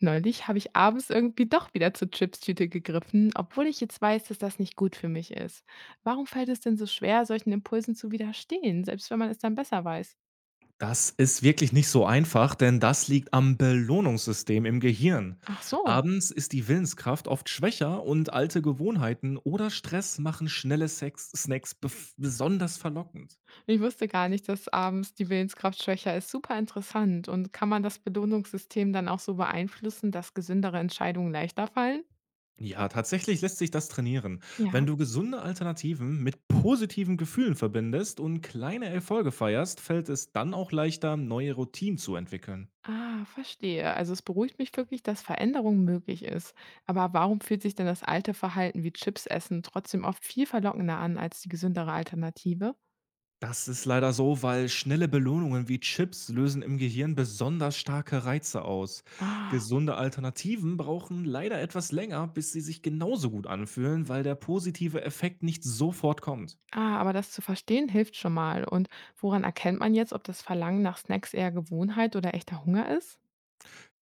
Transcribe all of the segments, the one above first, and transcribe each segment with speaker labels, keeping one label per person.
Speaker 1: Neulich habe ich abends irgendwie doch wieder zur Chips-Tüte gegriffen, obwohl ich jetzt weiß, dass das nicht gut für mich ist. Warum fällt es denn so schwer, solchen Impulsen zu widerstehen, selbst wenn man es dann besser weiß?
Speaker 2: Das ist wirklich nicht so einfach, denn das liegt am Belohnungssystem im Gehirn.
Speaker 1: Ach so,
Speaker 2: Abends ist die Willenskraft oft schwächer und alte Gewohnheiten oder Stress machen schnelle Sex Snacks besonders verlockend.
Speaker 1: ich wusste gar nicht, dass abends die Willenskraft schwächer ist. Super interessant. Und kann man das Belohnungssystem dann auch so beeinflussen, dass gesündere Entscheidungen leichter fallen?
Speaker 2: Ja, tatsächlich lässt sich das trainieren. Wenn
Speaker 1: Ja.
Speaker 2: du gesunde Alternativen mit positiven Gefühlen verbindest und kleine Erfolge feierst, fällt es dann auch leichter, neue Routinen zu entwickeln.
Speaker 1: Ah, verstehe. Also es beruhigt mich wirklich, dass Veränderung möglich ist. Aber warum fühlt sich denn das alte Verhalten wie Chips essen trotzdem oft viel verlockender an als die gesündere Alternative?
Speaker 2: Das ist leider so, weil schnelle Belohnungen wie Chips lösen im Gehirn besonders starke Reize aus.
Speaker 1: Ah,
Speaker 2: Gesunde Alternativen brauchen leider etwas länger, bis sie sich genauso gut anfühlen, weil der positive Effekt nicht sofort kommt.
Speaker 1: ah, aber das zu verstehen hilft schon mal. Und woran erkennt man jetzt, ob das Verlangen nach Snacks eher Gewohnheit oder echter Hunger ist?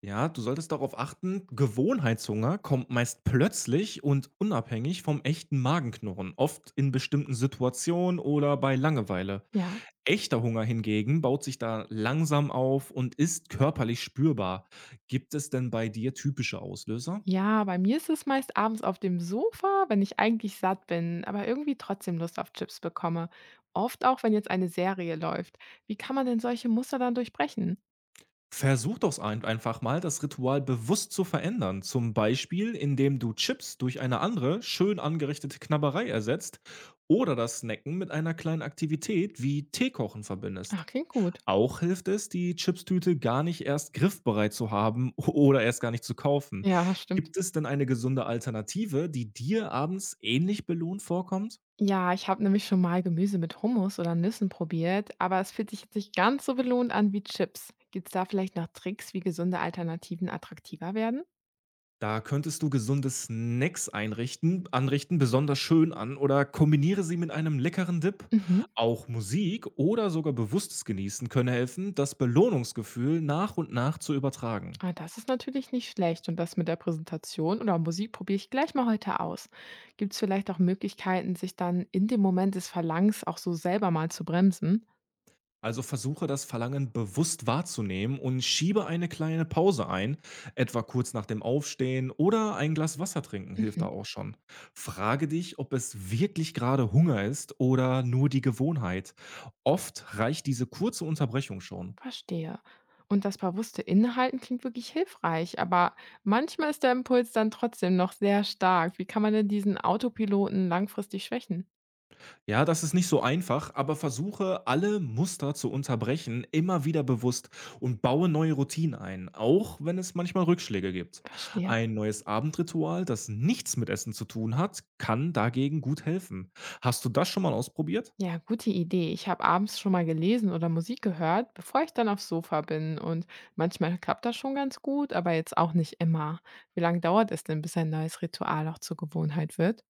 Speaker 2: Ja, du solltest darauf achten, Gewohnheitshunger kommt meist plötzlich und unabhängig vom echten Magenknurren, oft in bestimmten Situationen oder bei Langeweile.
Speaker 1: Ja.
Speaker 2: Echter Hunger hingegen baut sich da langsam auf und ist körperlich spürbar. Gibt es denn bei dir typische Auslöser?
Speaker 1: Ja, bei mir ist es meist abends auf dem Sofa, wenn ich eigentlich satt bin, aber irgendwie trotzdem Lust auf Chips bekomme. Oft auch, wenn jetzt eine Serie läuft. Wie kann man denn solche Muster dann durchbrechen?
Speaker 2: Versuch doch ein einfach mal, das Ritual bewusst zu verändern, zum Beispiel indem du Chips durch eine andere, schön angerichtete Knabberei ersetzt oder das Snacken mit einer kleinen Aktivität wie Teekochen verbindest.
Speaker 1: Ach, klingt gut.
Speaker 2: Auch hilft es, die Chipstüte gar nicht erst griffbereit zu haben oder erst gar nicht zu kaufen.
Speaker 1: Ja, stimmt.
Speaker 2: Gibt es denn eine gesunde Alternative, die dir abends ähnlich belohnt vorkommt?
Speaker 1: Ja, ich habe nämlich schon mal Gemüse mit Hummus oder Nüssen probiert, aber es fühlt sich jetzt nicht ganz so belohnt an wie Chips. Gibt es da vielleicht noch Tricks, wie gesunde Alternativen attraktiver werden?
Speaker 2: Da könntest du gesunde Snacks einrichten anrichten, besonders schön an oder kombiniere sie mit einem leckeren Dip.
Speaker 1: Mhm.
Speaker 2: Auch Musik oder sogar bewusstes Genießen können helfen, das Belohnungsgefühl nach und nach zu übertragen.
Speaker 1: Ah, das ist natürlich nicht schlecht. Und das mit der Präsentation oder Musik probiere ich gleich mal heute aus. Gibt es vielleicht auch Möglichkeiten, sich dann in dem Moment des Verlangens auch so selber mal zu bremsen?
Speaker 2: Also versuche das Verlangen bewusst wahrzunehmen und schiebe eine kleine Pause ein, etwa kurz nach dem Aufstehen oder ein Glas Wasser trinken hilft da
Speaker 1: Mhm.
Speaker 2: auch schon. Frage dich, ob es wirklich gerade Hunger ist oder nur die Gewohnheit. Oft reicht diese kurze Unterbrechung schon.
Speaker 1: Verstehe. Und das bewusste Inhalten klingt wirklich hilfreich, aber manchmal ist der Impuls dann trotzdem noch sehr stark. Wie kann man denn diesen Autopiloten langfristig schwächen?
Speaker 2: Ja, das ist nicht so einfach, aber versuche alle Muster zu unterbrechen, immer wieder bewusst und baue neue Routinen ein, auch wenn es manchmal Rückschläge gibt.
Speaker 1: Verstehe.
Speaker 2: Ein neues Abendritual, das nichts mit Essen zu tun hat, kann dagegen gut helfen. Hast du das schon mal ausprobiert?
Speaker 1: Ja, gute Idee. Ich habe abends schon mal gelesen oder Musik gehört, bevor ich dann aufs Sofa bin. Und manchmal klappt das schon ganz gut, aber jetzt auch nicht immer. Wie lange dauert es denn, bis ein neues Ritual auch zur Gewohnheit wird?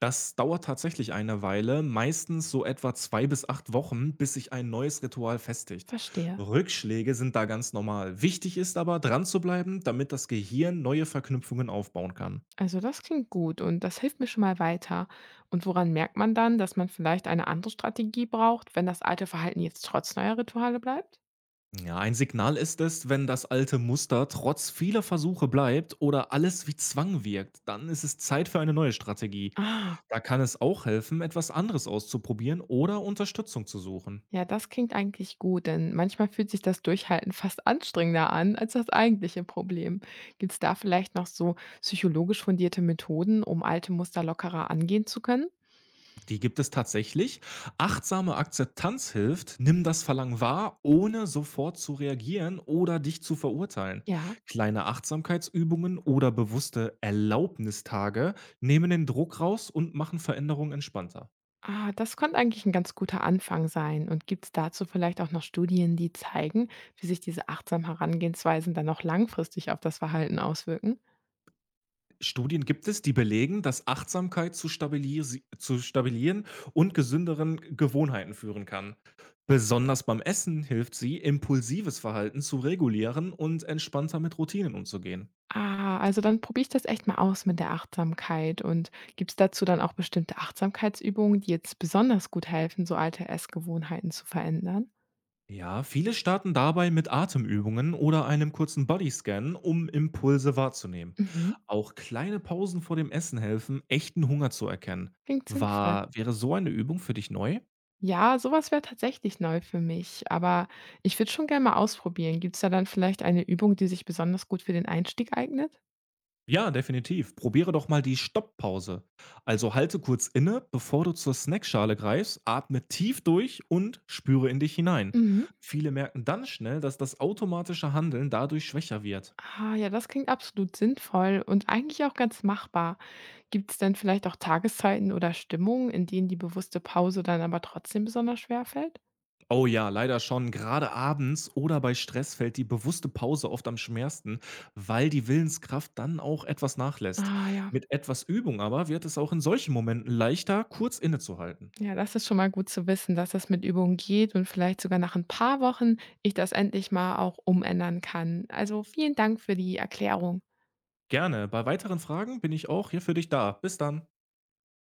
Speaker 2: Das dauert tatsächlich eine Weile, meistens so etwa 2 bis 8 Wochen, bis sich ein neues Ritual festigt.
Speaker 1: Verstehe.
Speaker 2: Rückschläge sind da ganz normal. Wichtig ist aber, dran zu bleiben, damit das Gehirn neue Verknüpfungen aufbauen kann.
Speaker 1: Also das klingt gut und das hilft mir schon mal weiter. Und woran merkt man dann, dass man vielleicht eine andere Strategie braucht, wenn das alte Verhalten jetzt trotz neuer Rituale bleibt?
Speaker 2: Ja, ein Signal ist es, wenn das alte Muster trotz vieler Versuche bleibt oder alles wie Zwang wirkt, dann ist es Zeit für eine neue Strategie.
Speaker 1: Ah,
Speaker 2: Da kann es auch helfen, etwas anderes auszuprobieren oder Unterstützung zu suchen.
Speaker 1: ja, das klingt eigentlich gut, denn manchmal fühlt sich das Durchhalten fast anstrengender an als das eigentliche Problem. Gibt es da vielleicht noch so psychologisch fundierte Methoden, um alte Muster lockerer angehen zu können?
Speaker 2: Die gibt es tatsächlich. Achtsame Akzeptanz hilft, nimm das Verlangen wahr, ohne sofort zu reagieren oder dich zu verurteilen.
Speaker 1: Ja.
Speaker 2: Kleine Achtsamkeitsübungen oder bewusste Erlaubnistage nehmen den Druck raus und machen Veränderungen entspannter.
Speaker 1: Ah, das könnte eigentlich ein ganz guter Anfang sein. Und gibt es dazu vielleicht auch noch Studien, die zeigen, wie sich diese achtsamen Herangehensweisen dann auch langfristig auf das Verhalten auswirken?
Speaker 2: Studien gibt es, die belegen, dass Achtsamkeit zu stabilieren und gesünderen Gewohnheiten führen kann. Besonders beim Essen hilft sie, impulsives Verhalten zu regulieren und entspannter mit Routinen umzugehen.
Speaker 1: Ah, also dann probiere ich das echt mal aus mit der Achtsamkeit. Und gibt es dazu dann auch bestimmte Achtsamkeitsübungen, die jetzt besonders gut helfen, so alte Essgewohnheiten zu verändern?
Speaker 2: Ja, viele starten dabei mit Atemübungen oder einem kurzen Bodyscan, um Impulse wahrzunehmen.
Speaker 1: Mhm,
Speaker 2: Auch kleine Pausen vor dem Essen helfen, echten Hunger zu erkennen.
Speaker 1: klingt sinnvoll.
Speaker 2: Wäre so eine Übung für dich neu?
Speaker 1: Ja, sowas wäre tatsächlich neu für mich, aber ich würde schon gerne mal ausprobieren. Gibt es da dann vielleicht eine Übung, die sich besonders gut für den Einstieg eignet?
Speaker 2: Ja, definitiv. Probiere doch mal die Stopppause. Also halte kurz inne, bevor du zur Snackschale greifst, atme tief durch und spüre in dich hinein.
Speaker 1: Mhm.
Speaker 2: Viele merken dann schnell, dass das automatische Handeln dadurch schwächer wird.
Speaker 1: Ah, ja, das klingt absolut sinnvoll und eigentlich auch ganz machbar. Gibt es denn vielleicht auch Tageszeiten oder Stimmungen, in denen die bewusste Pause dann aber trotzdem besonders schwer fällt?
Speaker 2: Oh ja, leider schon. Gerade abends oder bei Stress fällt die bewusste Pause oft am schwersten, weil die Willenskraft dann auch etwas nachlässt.
Speaker 1: Ah, ja.
Speaker 2: Mit etwas Übung aber wird es auch in solchen Momenten leichter, kurz innezuhalten.
Speaker 1: Ja, das ist schon mal gut zu wissen, dass das mit Übung geht und vielleicht sogar nach ein paar Wochen ich das endlich mal auch umändern kann. Also vielen Dank für die Erklärung.
Speaker 2: Gerne. Bei weiteren Fragen bin ich auch hier für dich da. Bis dann.